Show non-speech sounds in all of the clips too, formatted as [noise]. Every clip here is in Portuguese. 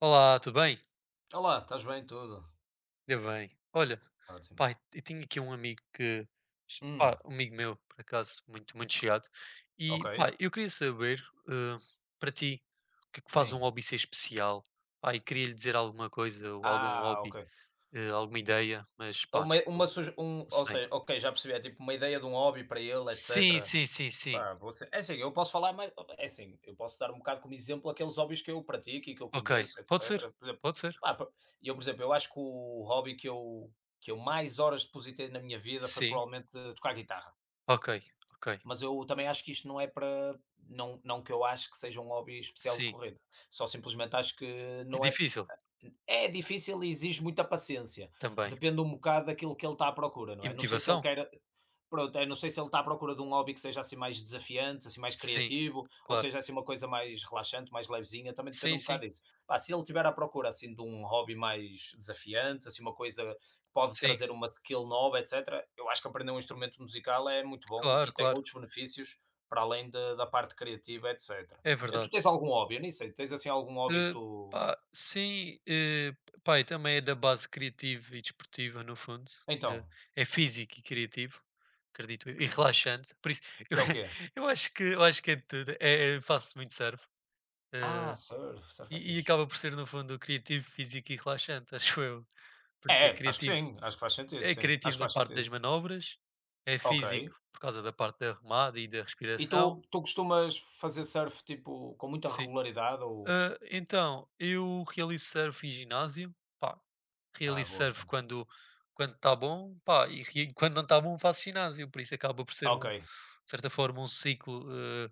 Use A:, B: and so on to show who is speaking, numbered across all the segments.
A: Olá, tudo bem?
B: Olá, estás bem? Tudo?
A: Ainda bem. Olha,
B: Ótimo.
A: pá, eu tinha aqui um amigo que,
B: Hum,
A: pá, um amigo meu, por acaso, muito, muito chegado. E,
B: ok.
A: pá, eu queria saber, eh, para ti, o que é que faz um
B: Sim.
A: hobby ser especial? Pá, e queria lhe dizer alguma coisa, ou algum
B: Ah,
A: hobby,
B: ok.
A: alguma ideia, mas, pá, não
B: Ou
A: sei.
B: seja, ok, já percebi. É tipo uma ideia de um hobby para ele,
A: Sim,
B: etc.
A: sim, sim, sim.
B: Pá, você, é assim, eu posso falar mas É assim, eu posso dar um bocado como exemplo aqueles hobbies que eu pratico e que eu
A: Ok,
B: conheço,
A: pode ser?
B: etc. Por exemplo,
A: Pode ser?
B: pá, eu, por exemplo, eu acho que o hobby que eu mais horas depositei na minha vida foi
A: Sim.
B: provavelmente tocar guitarra.
A: Ok, ok.
B: Mas eu também acho que isto não é para. Não, não que eu acho que seja um hobby especial de
A: Sim.
B: corrida. Só simplesmente acho que
A: É
B: não é
A: difícil
B: É difícil e exige muita paciência.
A: também.
B: Depende um bocado daquilo que ele está à procura, não
A: E
B: é? Não sei se ele
A: motivação?
B: quer. Pronto, eu não sei se ele está à procura de um hobby que seja assim mais desafiante, assim mais
A: Sim,
B: criativo, ou
A: claro.
B: seja assim uma coisa mais relaxante, mais levezinha, também depende
A: Sim,
B: um bocado
A: sim.
B: disso. Pá, se ele estiver à procura assim de um hobby mais desafiante, assim uma coisa que pode
A: Sim.
B: trazer uma skill nova, etc., eu acho que aprender um instrumento musical é muito bom
A: Claro,
B: e tem
A: claro,
B: outros benefícios para além da parte criativa, etc.
A: é
B: Tu
A: verdade.
B: tens algum hobby? Eu nem sei, tens assim algum hobby que
A: Eh,
B: tu.
A: Pá, sim, pá, e também é da base criativa e desportiva, no fundo. eh,
B: Então.
A: É físico e criativo, acredito eu, e relaxante. Por isso, [laughs] eu,
B: É o quê?
A: eu acho que é de tudo. Faço muito surf. eh,
B: Ah, surf, surf é
A: e
B: fixe.
A: acaba por ser, no fundo, criativo, físico e relaxante, [laughs] acho eu.
B: É,
A: Porque é
B: é, acho que
A: criativo.
B: sim, acho que faz sentido,
A: É
B: sim, acho
A: criativo
B: que
A: na
B: faz
A: parte das
B: sentido.
A: manobras, é
B: Ok.
A: físico por causa da parte da remada e da
B: E
A: respiração.
B: tu costumas fazer surf tipo com muita regularidade ou.
A: Ah, então, eu realizo surf em ginásio, pá,
B: Ah,
A: realizo
B: boa
A: surf
B: cena.
A: quando está bom, pá, e [laughs] quando não está bom faço ginásio, por isso acaba por ser
B: Ok.
A: um, de certa forma, um ciclo, eh,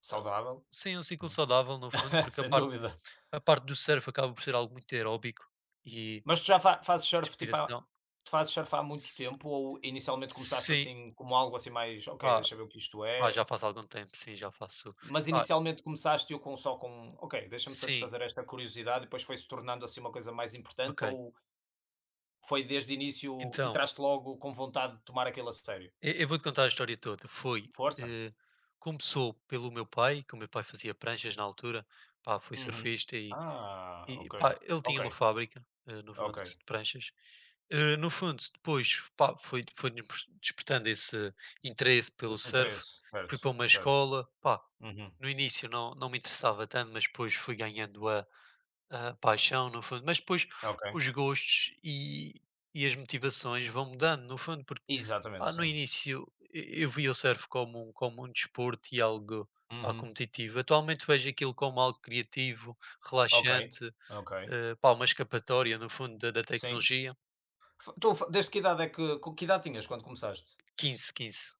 B: Saudável.
A: sim, um ciclo
B: Uhum.
A: saudável no fundo,
B: [laughs]
A: porque a
B: Sem
A: parte,
B: dúvida.
A: a parte do surf acaba por ser algo muito aeróbico e
B: Mas tu já fazes surf tipo há,
A: inspiração.
B: tu fazes surf há muito
A: S-
B: tempo ou inicialmente começaste
A: Sim,
B: assim como algo assim mais ok,
A: pá,
B: deixa eu ver o que isto
A: pá,
B: é.
A: já faz algum tempo, sim, já faço,
B: Mas
A: pá,
B: inicialmente começaste eu com só com ok, deixa-me
A: sim,
B: satisfazer esta curiosidade e depois foi-se tornando assim uma coisa mais importante
A: ok.
B: ou Foi desde o início
A: Então,
B: entraste logo com vontade de tomar aquilo a sério?
A: eu vou-te contar a história toda.
B: Força?
A: Eh, Começou pelo meu pai, que o meu pai fazia pranchas na altura, pá, foi
B: Uhum.
A: surfista e,
B: Ah,
A: e
B: ok,
A: pá, ele
B: ok,
A: tinha uma fábrica, no fundo,
B: ok.
A: de pranchas. No fundo, depois pá, foi despertando esse interesse pelo
B: Esse
A: surf.
B: interesse,
A: Fui para
B: certo,
A: uma
B: certo.
A: escola, pá,
B: Uhum.
A: no início não me interessava tanto, mas depois fui ganhando a paixão, no fundo, mas depois
B: Ok.
A: os gostos e as motivações vão mudando, no fundo.
B: Exatamente,
A: Pá, no
B: sim.
A: início eu vi o surf como um desporto e algo, pá,
B: Uhum.
A: competitivo. Atualmente vejo aquilo como algo criativo,
B: Ok,
A: relaxante,
B: ok.
A: pá, uma escapatória no fundo da
B: Sim.
A: tecnologia.
B: F Tu f desde que idade é que co que idade tinhas quando começaste?
A: 15, 15,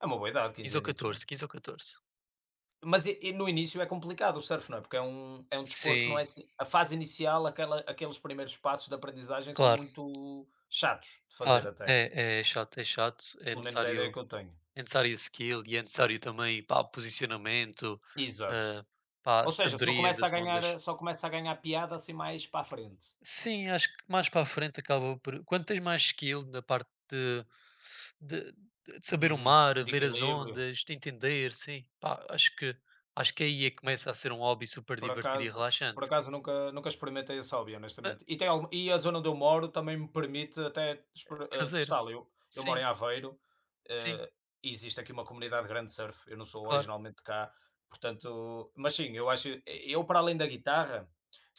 B: É uma boa idade,
A: 15
B: quinze
A: ou
B: anos. não é?
A: 14, 15 ou 14.
B: Mas e no início é complicado o surf, não é? Porque é um desporto que não
A: Sim,
B: é assim a fase inicial, aquela aqueles primeiros passos de aprendizagem são
A: claro,
B: muito chatos de fazer
A: claro.
B: até.
A: É chato, é chato, é
B: Pelo menos é a ideia
A: necessário
B: que eu tenho.
A: é necessário skill e é necessário também, pá, posicionamento,
B: Exato.
A: eh, pá,
B: Ou seja, só
A: sabedoria
B: começa
A: das
B: a
A: ondas.
B: ganhar só começa a ganhar piada assim mais para a frente.
A: Sim, acho que mais para a frente acaba por quando tens mais skill na parte de de saber o
B: Uhum.
A: mar,
B: De
A: ver as
B: equilíbrio.
A: ondas, de entender, sim. Pá, acho que aí é que começa a ser um hobby super
B: Por
A: divertido e
B: acaso por
A: relaxante.
B: acaso nunca experimentei esse hobby,
A: Ah,
B: honestamente. E tem algum e a zona onde eu moro também me permite até
A: fazer,
B: testá-lo. Eu moro
A: sim,
B: em Aveiro,
A: sim,
B: eh, existe aqui uma comunidade grande de surf, eu não sou
A: claro,
B: originalmente de cá, portanto mas sim, eu acho eu para além da guitarra,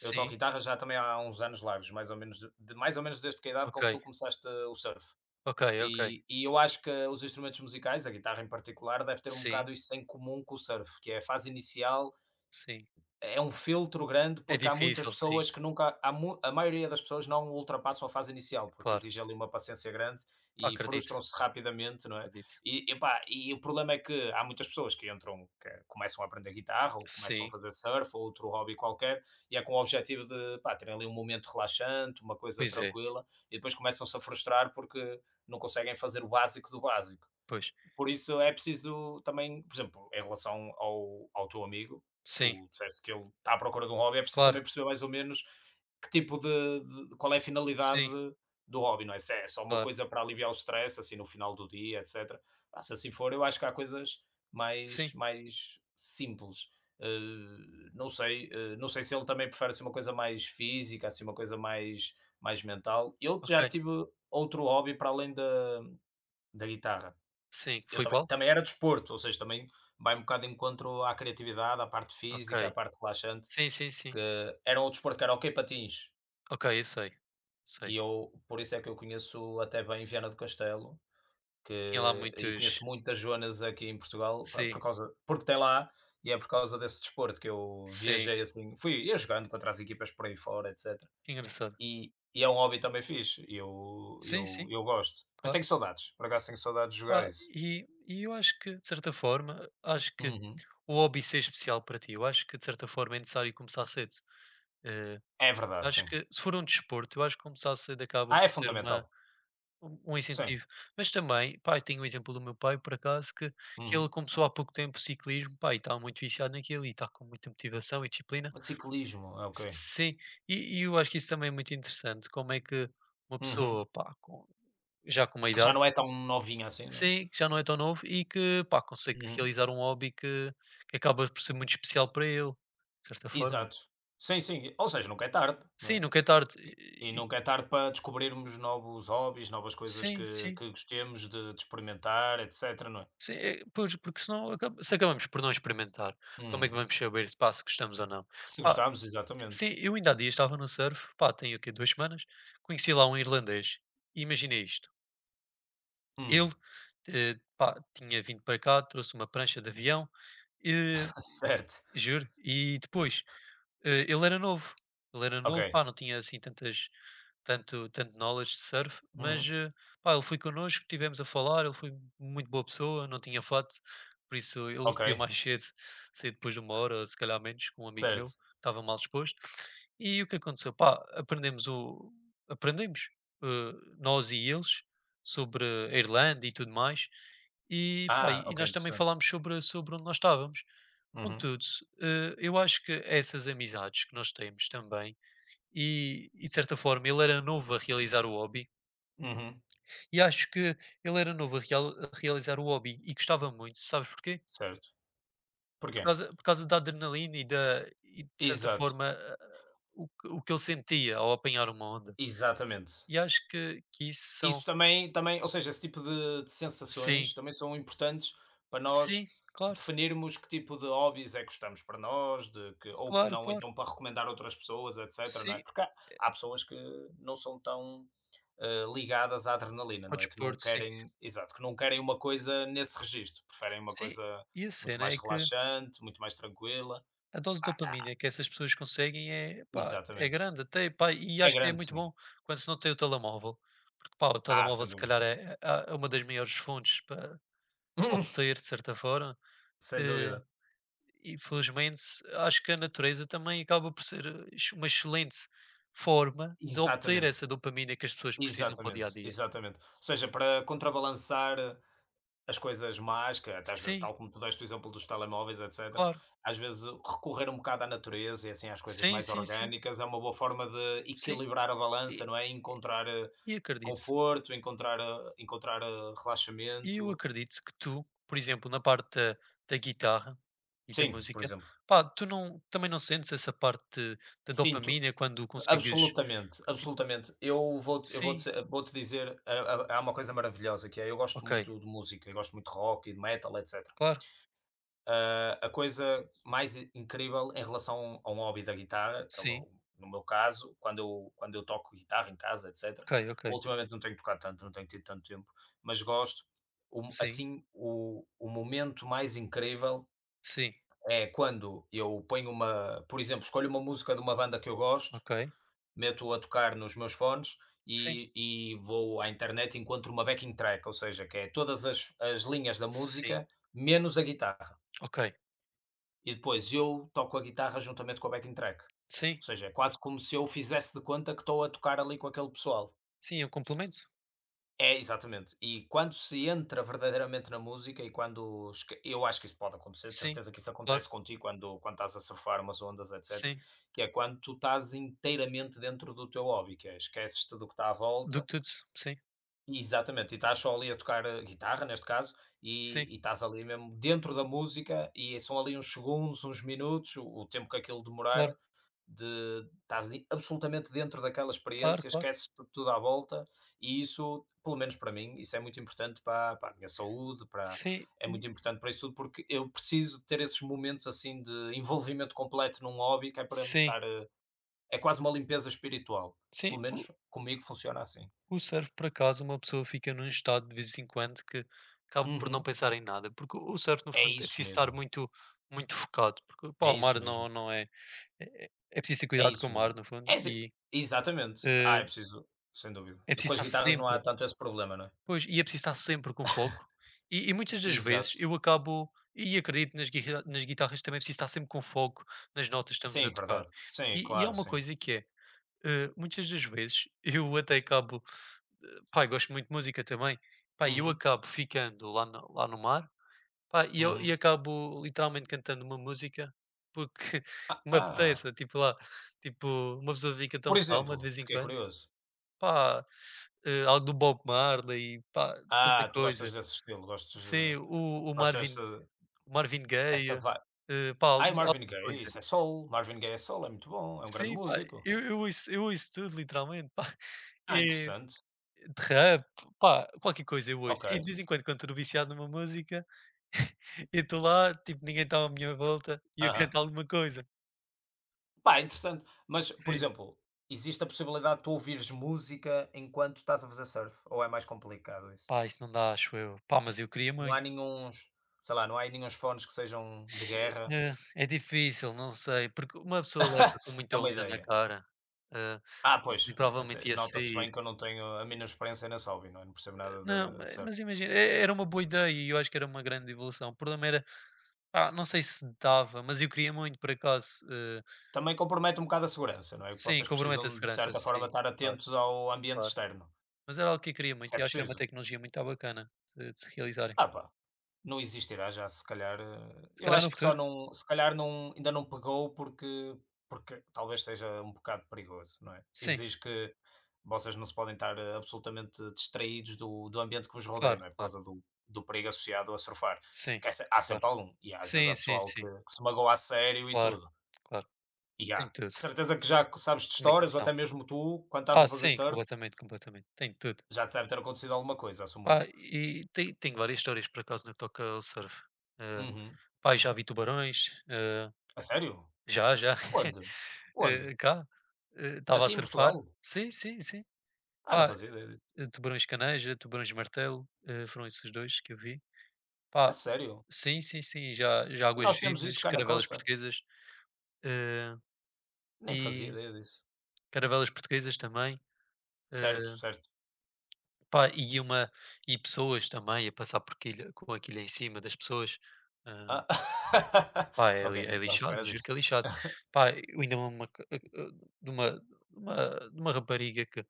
B: eu toco guitarra já também há uns anos largos, mais ou menos de mais ou menos desde que a idade
A: ok,
B: com que tu começaste o surf.
A: ok, ok,
B: E eu acho que os instrumentos musicais, a guitarra em particular, deve ter um
A: sim,
B: bocado isso em comum com o surf, que é a fase inicial
A: sim.
B: é um filtro grande,
A: É
B: porque há muitas
A: difícil, sim,
B: pessoas que nunca há mu a maioria das pessoas não ultrapassam a fase inicial, porque
A: claro.
B: exige ali uma paciência grande
A: Pá,
B: e
A: acredito,
B: frustram-se rapidamente, não é?
A: acredito.
B: E epá, e o problema é que há muitas pessoas que entram que começam a aprender guitarra ou começam a
A: Sim,
B: fazer surf ou outro hobby qualquer, e é com o objetivo de, pá, terem ali um momento relaxante, uma coisa
A: pois é,
B: tranquila, e depois começam-se a frustrar porque não conseguem fazer o básico do básico.
A: pois.
B: Por isso é preciso também, por exemplo, em relação ao teu amigo,
A: Sim,
B: tu disseste que ele está à procura de um hobby, é preciso
A: claro,
B: também perceber mais ou menos que tipo de qual é a finalidade
A: sim,
B: do hobby, não é? Se é só uma
A: claro,
B: coisa para aliviar o stress, assim, no final do dia, etcétera. Ah, se assim for, eu acho que há coisas
A: sim,
B: mais simples. Eh, não sei, não sei se ele também prefere, assim, uma coisa mais física, assim, uma coisa mais mental. Eu já
A: ok,
B: tive outro hobby para além da guitarra.
A: sim.
B: Eu
A: Foi
B: também
A: qual?
B: também era desporto, ou seja, também vai um bocado de encontro à criatividade, à parte física, à
A: Ok.
B: parte relaxante,
A: Sim, sim, sim.
B: que era um desporto que era ok patins,
A: Ok, eu sei, sei.
B: e eu por isso é que eu conheço até bem Viana do Castelo,
A: Tinha lá
B: que e conheço
A: muitos,
B: muitas zonas aqui em Portugal, pá,
A: sim,
B: por causa porque tem lá, e é por causa desse desporto que eu
A: sim,
B: viajei assim, fui eu jogando contra as equipas por aí fora, etcétera.
A: que engraçado.
B: E é um hobby também fixe, eu
A: Sim,
B: eu
A: sim,
B: eu gosto, mas
A: claro.
B: tenho saudades, por acaso tenho saudades de jogar
A: Pá,
B: isso.
A: e eu acho que, de certa forma, acho que
B: Uhum.
A: o hobby ser especial para ti, eu acho que, de certa forma, é necessário começar cedo. Eh,
B: É verdade,
A: Acho
B: sim.
A: que se for um desporto, eu acho que começar cedo acaba
B: Ah,
A: por
B: é
A: ser uma
B: fundamental.
A: um um
B: Sim.
A: incentivo. Mas também, pá, eu tenho um exemplo do meu pai, por acaso, que ele
B: Uhum.
A: começou há pouco tempo ciclismo, pá, e está muito viciado naquilo e está com muita motivação e disciplina.
B: Ciclismo, ah, ok.
A: Sim, e eu acho que isso também é muito interessante, como é que uma
B: Uhum.
A: pessoa, pá, com já com uma
B: Que já
A: idade,
B: não é tão novinha assim, não é?
A: sim, que já não é tão novo e que, pá, consegue
B: Uhum.
A: realizar um hobby que acaba por ser muito especial para ele, de certa forma.
B: Exato. Sim, sim. Ou seja, nunca é tarde, não
A: Sim,
B: é?
A: nunca é tarde,
B: E
A: e
B: nunca é tarde para descobrirmos novos hobbies, novas coisas
A: sim, sim,
B: que gostemos de experimentar, etcétera, não é?
A: sim, pois, porque senão acaba se acabamos por não experimentar. Como é que
B: Uhum.
A: vamos saber se, pá, se gostamos ou não?
B: Se
A: Pá,
B: gostarmos, exatamente.
A: sim, eu ainda há dias estava no surf, pá, tem o quê? Semanas. Conheci lá um irlandês, e imagina isto. Ele,
B: Hum.
A: pá, tinha vindo para cá, trouxe uma prancha de avião.
B: [laughs] Certo.
A: Juro. E depois, ele era novo. Ele era
B: Ok.
A: novo, pá, não tinha assim tanto knowledge de surf, mas
B: Uhum.
A: pá, ele foi connosco, tivemos a falar, ele foi muito boa pessoa, não tinha fato, por isso ele
B: Ok.
A: saía mais [laughs] cedo, saía depois de uma hora, ou se calhar menos, com um amigo meu,
B: Certo.
A: estava mal disposto. E o que aconteceu? Pá, aprendemos o. Aprendemos, eh, nós e eles, sobre a Irlanda e tudo mais. E, pá,
B: Ah,
A: e
B: ok,
A: nós também
B: interessante.
A: falámos sobre onde nós estávamos.
B: Uhum.
A: Contudo, eu acho que é essas amizades que nós temos também, e de certa forma ele era novo a realizar o hobby,
B: Uhum.
A: e acho que ele era novo a realizar o hobby e gostava muito, sabes porquê?
B: Certo. Porquê?
A: Por causa da adrenalina e de certa
B: Exato.
A: forma o que ele sentia ao apanhar uma onda.
B: Exatamente.
A: E acho que, isso
B: Isso
A: são.
B: também ou seja, esse tipo de sensações
A: Sim,
B: também são importantes para
A: sim,
B: nós
A: claro,
B: definirmos que tipo de hobbies é que gostamos para nós, de que ou que
A: claro,
B: não,
A: claro.
B: então para recomendar a outras pessoas, etcétera, não é?
A: Sim,
B: Porque há pessoas que não são tão, ligadas à adrenalina,
A: ao
B: não é? Que não
A: desporto, sim.
B: querem exato, que não querem uma coisa nesse registro, preferem uma
A: Sim,
B: coisa
A: e a
B: muito
A: cena
B: mais
A: é que
B: relaxante, muito mais tranquila.
A: a dose de
B: Ah ah,
A: dopamina que essas pessoas conseguem é, pá, é
B: exatamente.
A: grande até, pá, e
B: É
A: acho que é
B: grande
A: muito
B: sim.
A: bom quando se não tem o telemóvel, porque, pá, o
B: Ah,
A: telemóvel
B: sem
A: se
B: dúvida.
A: calhar é uma das maiores fontes para obter,
B: [laughs]
A: de certa forma.
B: Sem
A: eh,
B: dúvida.
A: e felizmente acho que a natureza também acaba por ser eh, ex uma excelente forma de obter
B: Exatamente.
A: essa dopamina que as pessoas precisam para o dia a
B: Exatamente,
A: dia.
B: exatamente. Ou seja, para contrabalançar as coisas más, que até às vezes,
A: Sim,
B: tal como tu deste o exemplo dos telemóveis, etc.,
A: claro.
B: às vezes recorrer um bocado à natureza e assim às coisas
A: Sim,
B: mais
A: sim, sim,
B: orgânicas é uma boa forma de
A: sim,
B: equilibrar a
A: e
B: balança, não é? Encontrar
A: e acredito.
B: conforto, encontrar, encontrar
A: E eu
B: relaxamento.
A: acredito que tu, por exemplo, na parte da, da guitarra e da
B: Sim, por
A: música,
B: exemplo.
A: pá, tu não, também não sentes essa parte da
B: Sinto,
A: dopamina quando consegues,
B: absolutamente,
A: tipo,
B: absolutamente. Eu vou
A: sim,
B: te, vou -te dizer, há uma coisa maravilhosa que é, eu gosto
A: ok,
B: muito de música, eu gosto muito de rock e de metal, etc.
A: claro,
B: Ah, a coisa mais incrível em relação a um hobby da guitarra, que é o
A: sim,
B: meu, no meu caso, quando eu toco guitarra em casa, etc.
A: ok, ok,
B: Ultimamente não tenho tocado tanto, não tenho tido tanto tempo, mas gosto.
A: sim,
B: Assim, o momento mais incrível
A: sim,
B: é quando eu ponho uma, por exemplo, escolho uma música de uma banda que eu gosto,
A: ok,
B: meto-a a tocar nos meus fones
A: sim,
B: e vou à internet e encontro uma backing track, ou seja, que é todas as linhas da
A: sim,
B: música menos a guitarra.
A: ok,
B: E depois eu toco a guitarra juntamente com a backing track. Ou
A: sim,
B: seja, é quase como se eu fizesse de conta que estou a tocar ali com aquele pessoal.
A: sim, eu complemento,
B: É, exatamente. E quando se entra verdadeiramente na música e eu acho que isso pode acontecer, de
A: sim,
B: certeza que isso
A: claro,
B: acontece contigo quando estás a surfar umas ondas, etc.
A: sim,
B: Que é quando tu estás inteiramente dentro do teu hobby, que é esqueces-te do que está à
A: do
B: volta
A: que tudo, sim,
B: Exatamente, e estás só ali a tocar a guitarra, neste caso,
A: sim,
B: e estás ali mesmo dentro da música, e são ali uns segundos, uns minutos, o tempo que aquilo
A: claro,
B: demorar, de estás ali absolutamente dentro daquela
A: claro,
B: experiência,
A: claro,
B: esqueces-te de tudo à volta, e isso, pelo menos para mim, isso é muito importante para a minha saúde, para
A: sim,
B: é muito importante para isso tudo, porque eu preciso ter esses momentos, assim, de envolvimento completo num hobby, que é para me
A: sim,
B: estar, é quase uma limpeza espiritual,
A: sim.
B: pelo menos comigo funciona assim.
A: O surf, por acaso, uma pessoa fica num estado de vez em quando que acaba por não
B: Uhum.
A: pensar em nada, porque o surf, no
B: É
A: fundo, é
B: isso
A: preciso estar
B: mesmo,
A: muito, muito focado, porque pá,
B: é
A: o
B: isso
A: mar não,
B: mesmo,
A: não é, é. É preciso ter
B: é
A: cuidado com o
B: isso
A: mar,
B: mesmo.
A: no fundo,
B: É assim
A: e
B: exatamente.
A: eh,
B: Ah, é preciso sem dúvida.
A: é preciso
B: Com as
A: estar
B: guitarras não há
A: sempre.
B: tanto esse problema, não é?
A: Pois, e é preciso estar sempre com foco.
B: [laughs]
A: E muitas das vezes
B: Exato.
A: eu acabo, e acredito nas guitarras também, é preciso estar sempre com foco nas notas que estamos a
B: Sim,
A: tocar.
B: verdade. Sim,
A: E há
B: claro,
A: uma
B: sim.
A: coisa que é, muitas das vezes eu até acabo. Pá, eu gosto muito de música também. Pá, e eu
B: Uhum,
A: acabo ficando lá no mar, pá, e
B: uhum.
A: acabo literalmente cantando uma música porque [laughs]
B: Ah
A: me
B: ah,
A: apeteça, tipo lá, tipo, uma pessoa fica tão
B: por
A: calma de
B: exemplo,
A: vez em
B: fiquei
A: quando,
B: curioso.
A: pá, algo do Bob Marley, pá, tanta
B: Ah, tu gostas
A: coisa.
B: desse estilo, gostas
A: Sim,
B: de
A: o, o
B: gostas
A: Marvin,
B: dessa
A: o Marvin
B: essa
A: Gaye,
B: vai
A: pá,
B: ai,
A: alguma
B: Marvin Gaye,
A: coisa.
B: isso é soul, Marvin Gaye é soul, é muito bom, é um grande
A: Sim, pá,
B: músico.
A: eu ouço tudo, literalmente, pá. [laughs]
B: Ah,
A: E,
B: interessante.
A: de rap, pá, qualquer coisa eu ouço.
B: Ok.
A: E de vez em quando, quando estou viciado numa música, [laughs] eu estou lá, tipo, ninguém está à minha volta e eu
B: Aham.
A: canto alguma coisa.
B: Pá, é interessante. Mas, por
A: Sim.
B: exemplo, existe a possibilidade de tu ouvires música enquanto estás a fazer surf? Ou é mais complicado isso?
A: Pá, isso não dá, acho eu. Pá, mas eu queria
B: Não há
A: muito.
B: nenhuns, sei lá, não há aí nenhuns fones que sejam de guerra?
A: É difícil, não sei, porque uma pessoa leva com
B: [laughs] É
A: muita
B: uma
A: onda na
B: ideia.
A: cara. eh,
B: Ah,
A: por isso
B: pois,
A: muito
B: né,
A: provavelmente ia
B: nota-se
A: sair.
B: bem que eu não tenho a mínima experiência nesse hobby, não é? Não percebo nada
A: Não,
B: de, de surf.
A: mas imagina, era uma boa ideia e eu acho que era uma grande evolução. O problema era, ah não sei se dava, mas eu queria muito, por acaso.
B: Também compromete um bocado a segurança, não é? Que
A: Sim,
B: vocês
A: compromete a
B: precisam, de
A: segurança,
B: certa forma,
A: sim,
B: estar
A: claro,
B: atentos ao ambiente
A: claro.
B: externo.
A: Mas era algo que eu queria muito
B: Isso é
A: e acho que era uma
B: preciso.
A: tecnologia muito bacana de se realizarem.
B: Ah, pá. Não existirá já, se calhar,
A: Se
B: eu
A: calhar no
B: acho que só
A: futuro?
B: não se calhar não ainda não pegou porque talvez seja um bocado perigoso, não é?
A: Sim,
B: Exige que vocês não se podem estar, absolutamente distraídos do ambiente que vos rodeia,
A: claro,
B: não é? Por
A: claro.
B: causa do perigo associado a surfar,
A: Sim,
B: que é se há
A: claro.
B: sempre algum, e às vezes
A: Sim,
B: há
A: sim,
B: pessoal
A: sim.
B: que se magoa a sério e
A: Claro,
B: tudo,
A: claro.
B: e há.
A: Tem tudo.
B: De certeza que já sabes de histórias ou
A: Comunicação.
B: até mesmo tu, quando estás
A: Ah,
B: a fazer
A: sim,
B: surf,
A: completamente, completamente. Tem tudo.
B: já te deve ter acontecido alguma coisa, assumo
A: Pá,
B: eu.
A: e tenho várias histórias por acaso no que toca ao surf. Eh,
B: Uhum.
A: Pá, já vi tubarões,
B: A sério?
A: já, já, [laughs]
B: Onde? Onde?
A: cá, estava a
B: Aqui em
A: surfar.
B: Portugal?
A: Sim, sim, sim.
B: Ah, não
A: Pá,
B: fazia ideia disso.
A: tubarões caneja, tubarões martelo, foram esses dois que eu vi.
B: A
A: Pá,
B: sério?
A: sim, sim, sim, já já águas
B: Nós temos isso
A: vivas,
B: cá na
A: caravelas
B: costa?
A: portuguesas, eh,
B: Nem fazia
A: e
B: ideia disso.
A: caravelas portuguesas também, eh,
B: Certo, certo.
A: pá, e pessoas também a passar por quilha com a quilha em cima das pessoas, eh,
B: Ah. [laughs]
A: pá, é li
B: Ok,
A: é
B: não estava à
A: lixado, eu
B: espera
A: juro
B: disso.
A: que é lixado. Pá, eu ainda me lembro uma c de uma de uma de uma rapariga que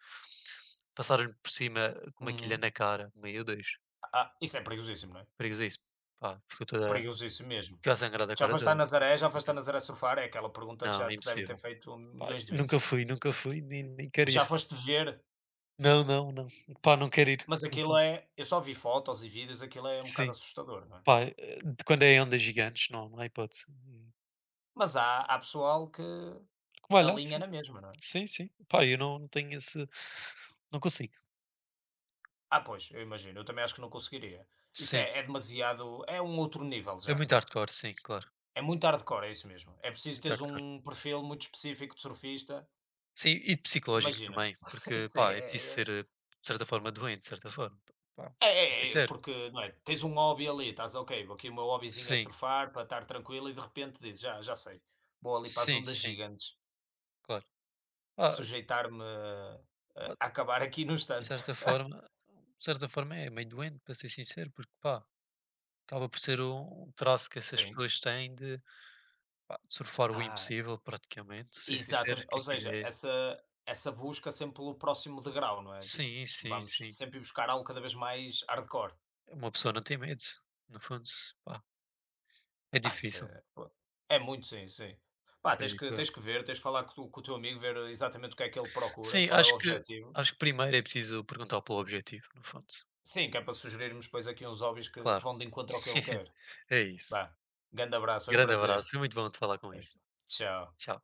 A: passaram por cima com uma quilha
B: Uhum.
A: na cara, meu Deus,
B: Ah, isso é perigosíssimo, não é?
A: perigoso isso, pá,
B: Perigosíssimo mesmo.
A: ficou a sangrar da
B: Já
A: cara
B: foste a
A: toda.
B: Nazaré? Já foste a Nazaré surfar? É aquela pergunta que
A: Não,
B: já
A: é
B: te devem ter
A: impossível.
B: feito
A: Pá,
B: milhões de vezes.
A: nunca fui, nem quero
B: Já
A: ir.
B: foste ver?
A: Não, não, não. Pá, não quero ir.
B: Mas
A: No
B: aquilo
A: fundo.
B: é. Eu só vi fotos e vídeos, aquilo é um bocado
A: Sim.
B: assustador, não é?
A: Pá, de quando é ondas gigantes, não há hipótese. Hum.
B: Mas há, há pessoal que
A: Como olhar,
B: alinha
A: sim.
B: na mesma, não é?
A: Sim, sim. Pá, eu não tenho esse, não consigo.
B: Ah, pois, eu imagino, eu também acho que não conseguiria. Isso
A: Sim.
B: é demasiado é um outro nível
A: É
B: já,
A: muito
B: não é?
A: hardcore, sim, claro.
B: É muito hardcore, é isso mesmo. É preciso
A: Muito
B: teres
A: hardcore.
B: um perfil muito específico de surfista,
A: Sim, e psicológico
B: imagina.
A: também,
B: [laughs]
A: porque,
B: Isso
A: pá, é preciso
B: é é
A: ser, de certa forma, doente, de certa forma. Pá, vou
B: é
A: ser
B: é- é,
A: sincero.
B: porque, não é, tens um hobby ali, estás: "Ok, aqui o meu hobbyzinho é
A: Sim,
B: surfar para estar tranquilo", e de repente dizes: "Já sei, vou ali para as
A: sim,
B: ondas
A: sim,
B: gigantes,
A: claro. Pá,
B: sujeitar-me a
A: pá,
B: acabar aqui no
A: de
B: instante".
A: certa
B: [laughs]
A: forma de certa forma é meio doente, para ser sincero, porque, pá. Acaba por ser um traço que essas
B: Sim.
A: pessoas têm pá, de surfar o
B: Ah.
A: impossível praticamente, ser sincero,
B: Exatamente,
A: que
B: ou
A: aquilo
B: seja,
A: é
B: essa busca sempre pelo próximo degrau, não é? Tipo,
A: sim, sim,
B: vamos
A: sim.
B: sempre ir buscar algo cada vez mais hardcore.
A: Uma pessoa não tem medo, no fundo, pá, é
B: Ah, isso
A: difícil,
B: é, pô, é muito, sim, sim. Pá, tens que,
A: acredito eu.
B: tens que ver, tens que falar com o teu amigo, ver exatamente o que é que ele procura,
A: Sim,
B: qual é o
A: acho que
B: objetivo.
A: primeiro é preciso perguntar pelo objetivo, no fundo,
B: Sim, que é para sugerirmos depois aqui uns hobbies que
A: claro.
B: vão de encontro ao que ele
A: [laughs]
B: quer.
A: É isso.
B: Vá, grande abraço, foi um
A: Grande
B: prazer.
A: abraço, foi muito bom te falar com isso.
B: Tchau.
A: Tchau.